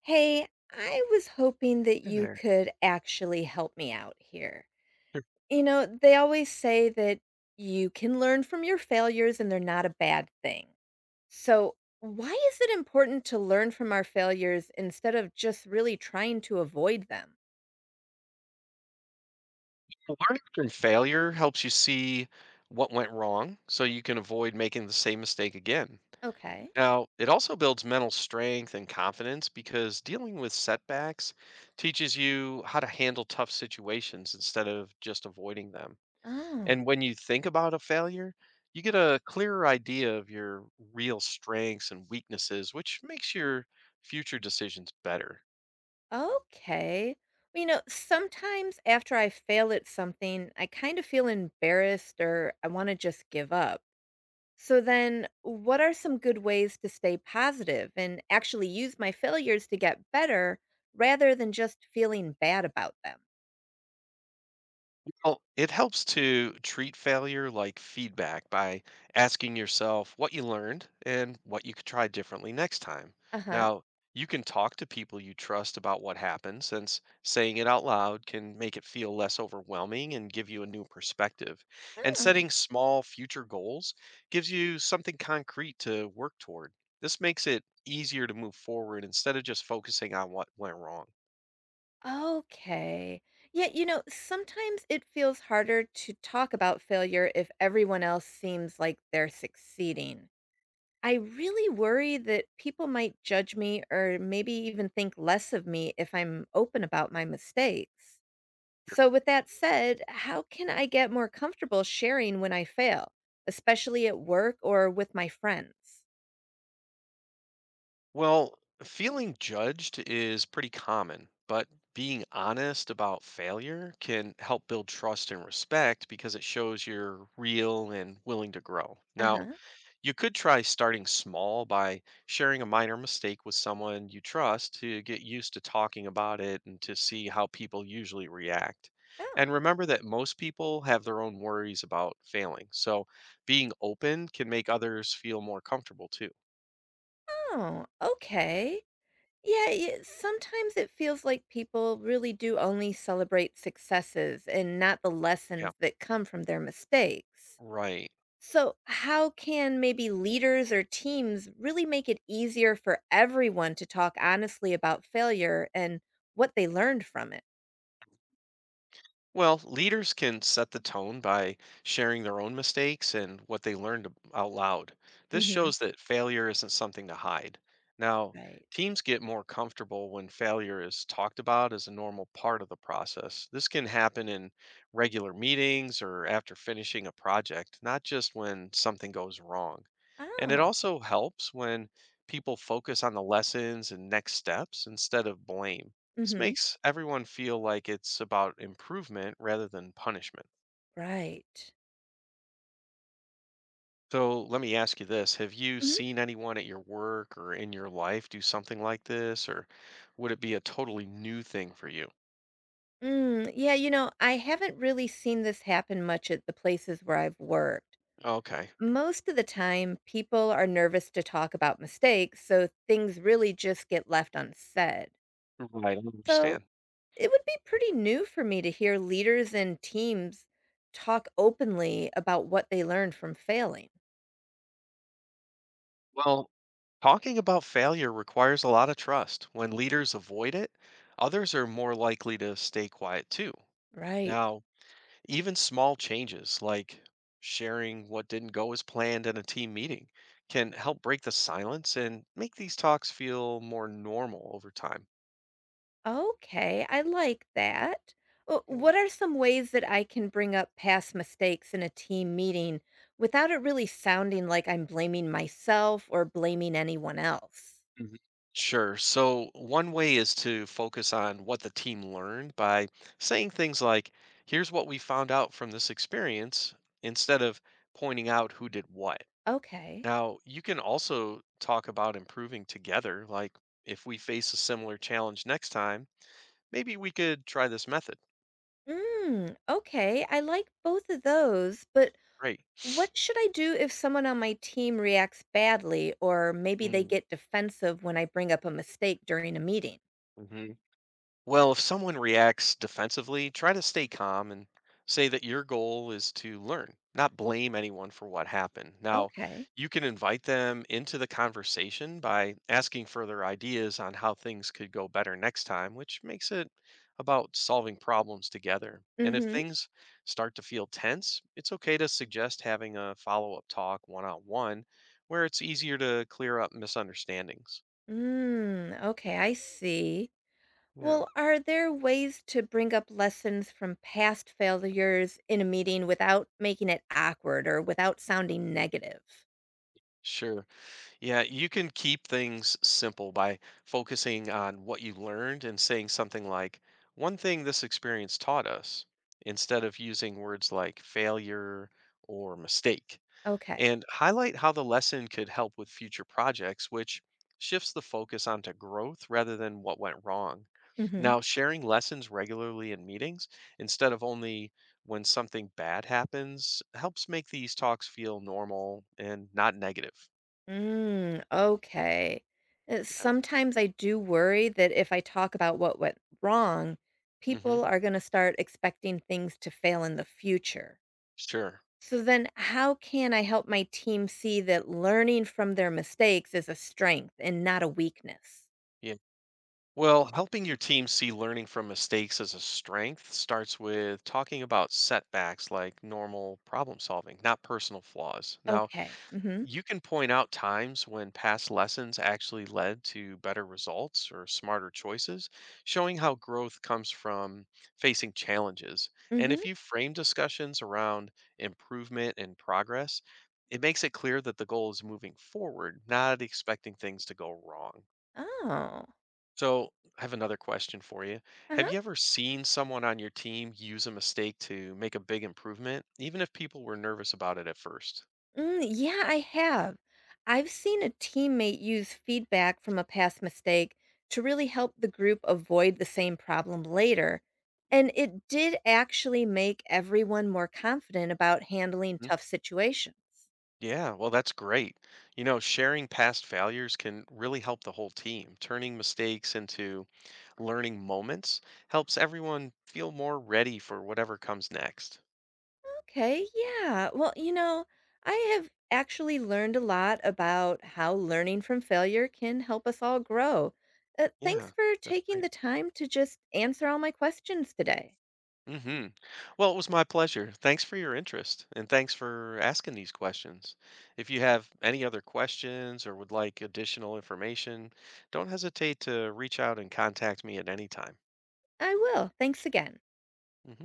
Hey, I was hoping that Hey you there. could actually help me out here. Sure. You know, they always say that you can learn from your failures and they're not a bad thing. So, why is it important to learn from our failures instead of just really trying to avoid them? Well, learning from failure helps you see what went wrong so you can avoid making the same mistake again. Okay. Now, it also builds mental strength and confidence because dealing with setbacks teaches you how to handle tough situations instead of just avoiding them. Oh, And when you think about a failure, you get a clearer idea of your real strengths and weaknesses, which makes your future decisions better. okay. You know, sometimes after I fail at something, I kind of feel embarrassed or I want to just give up. So then, what are some good ways to stay positive and actually use my failures to get better rather than just feeling bad about them? Well, it helps to treat failure like feedback by asking yourself what you learned and what you could try differently next time. Uh-huh. Now, you can talk to people you trust about what happened, since saying it out loud can make it feel less overwhelming and give you a new perspective. And setting small future goals gives you something concrete to work toward. This makes it easier to move forward instead of just focusing on what went wrong. Oh, okay. Yeah, you know, sometimes it feels harder to talk about failure if everyone else seems like they're succeeding. I really worry that people might judge me or maybe even think less of me if I'm open about my mistakes. Sure. So, with that said, how can I get more comfortable sharing when I fail, especially at work or with my friends? Well, feeling judged is pretty common, but being honest about failure can help build trust and respect because it shows you're real and willing to grow. Uh Now, huh. you could try starting small by sharing a minor mistake with someone you trust to get used to talking about it and to see how people usually react. Oh. And remember that most people have their own worries about failing. So being open can make others feel more comfortable too. Oh, okay. Yeah, yeah, sometimes it feels like people really do only celebrate successes and not the Yeah, lessons that come from their mistakes. right. So, how can maybe leaders or teams really make it easier for everyone to talk honestly about failure and what they learned from it? Well, leaders can set the tone by sharing their own mistakes and what they learned out loud. This Mhm. shows that failure isn't something to hide. Now, Right. teams get more comfortable when failure is talked about as a normal part of the process. This can happen in regular meetings or after finishing a project, not just when something goes wrong. And it Oh. also helps when people focus on the lessons and next steps instead of blame. This Mhm. makes everyone feel like it's about improvement rather than punishment. Right. So let me ask you this. Have you Hmm. seen anyone at your work or in your life do something like this, or would it be a totally new thing for you? Mm, yeah, I haven't really seen this happen much at the places where I've worked. Okay, Most of the time, people are nervous to talk about mistakes, so things really just get left unsaid. right, I So understand. it would be pretty new for me to hear leaders and teams talk openly about what they learned from failing. Well, talking about failure requires a lot of trust. When leaders avoid it, others are more likely to stay quiet too. Right. Now, even small changes like sharing what didn't go as planned in a team meeting can help break the silence and make these talks feel more normal over time. Okay, I like that. Yeah. What are some ways that I can bring up past mistakes in a team meeting without it really sounding like I'm blaming myself or blaming anyone else? Mhm. Sure. So, one way is to focus on what the team learned by saying things like, here's what we found out from this experience, instead of pointing out who did what. Okay. Now, you can also talk about improving together. Like, if we face a similar challenge next time, maybe we could try this method. Mm, okay, I like both of those, but Right. what should I do if someone on my team reacts badly or maybe they Mm, get defensive when I bring up a mistake during a meeting? mhm. Well, if someone reacts defensively, try to stay calm and say that your goal is to learn, not blame anyone for what happened. Now, Okay. you can invite them into the conversation by asking further ideas on how things could go better next time, which makes it about solving problems together. And if Mm-hmm. things start to feel tense, it's okay to suggest having a follow up talk one on one where it's easier to clear up misunderstandings. Mm, okay, I see. Yeah, Well, are there ways to bring up lessons from past failures in a meeting without making it awkward or without sounding negative? sure. Yeah, you can keep things simple by focusing on what you learned and saying something like, one thing this experience taught us, instead of using words like failure or mistake. Okay. And highlight how the lesson could help with future projects, which shifts the focus onto growth rather than what went wrong. Mm-hmm. Now, sharing lessons regularly in meetings instead of only when something bad happens helps make these talks feel normal and not negative. Mm, okay. Yeah. Sometimes I do worry that if I talk about what went wrong, Hmm. people are going to start expecting things to fail in the future. Sure. So then, how can I help my team see that learning from their mistakes is a strength and not a weakness? Yeah. Well, helping your team see learning from mistakes as a strength starts with talking about setbacks like normal problem solving, not personal flaws. Now, Okay. Mm-hmm. you can point out times when past lessons actually led to better results or smarter choices, showing how growth comes from facing challenges. And Mm-hmm. if you frame discussions around improvement and progress, it makes it clear that the goal is moving forward, not expecting things to go wrong. Oh. So, I have another question for you. Have Uh-huh. you ever seen someone on your team use a mistake to make a big improvement, even if people were nervous about it at first? Mm, yeah, I have. I've seen a teammate use feedback from a past mistake to really help the group avoid the same problem later. And it did actually make everyone more confident about handling hmm tough situations. Yeah, well, that's great. You know, sharing past failures can really help the whole team. Turning mistakes into learning moments helps everyone feel more ready for whatever comes next. Okay, yeah. Well, I have actually learned a lot about how learning from failure can help us all grow. Thanks Yeah, for that's taking the great. time to just answer all my questions today. Hmm. Well, it was my pleasure. Thanks for your interest and thanks for asking these questions. If you have any other questions or would like additional information, don't hesitate to reach out and contact me at any time. I will. Thanks again. Hmm.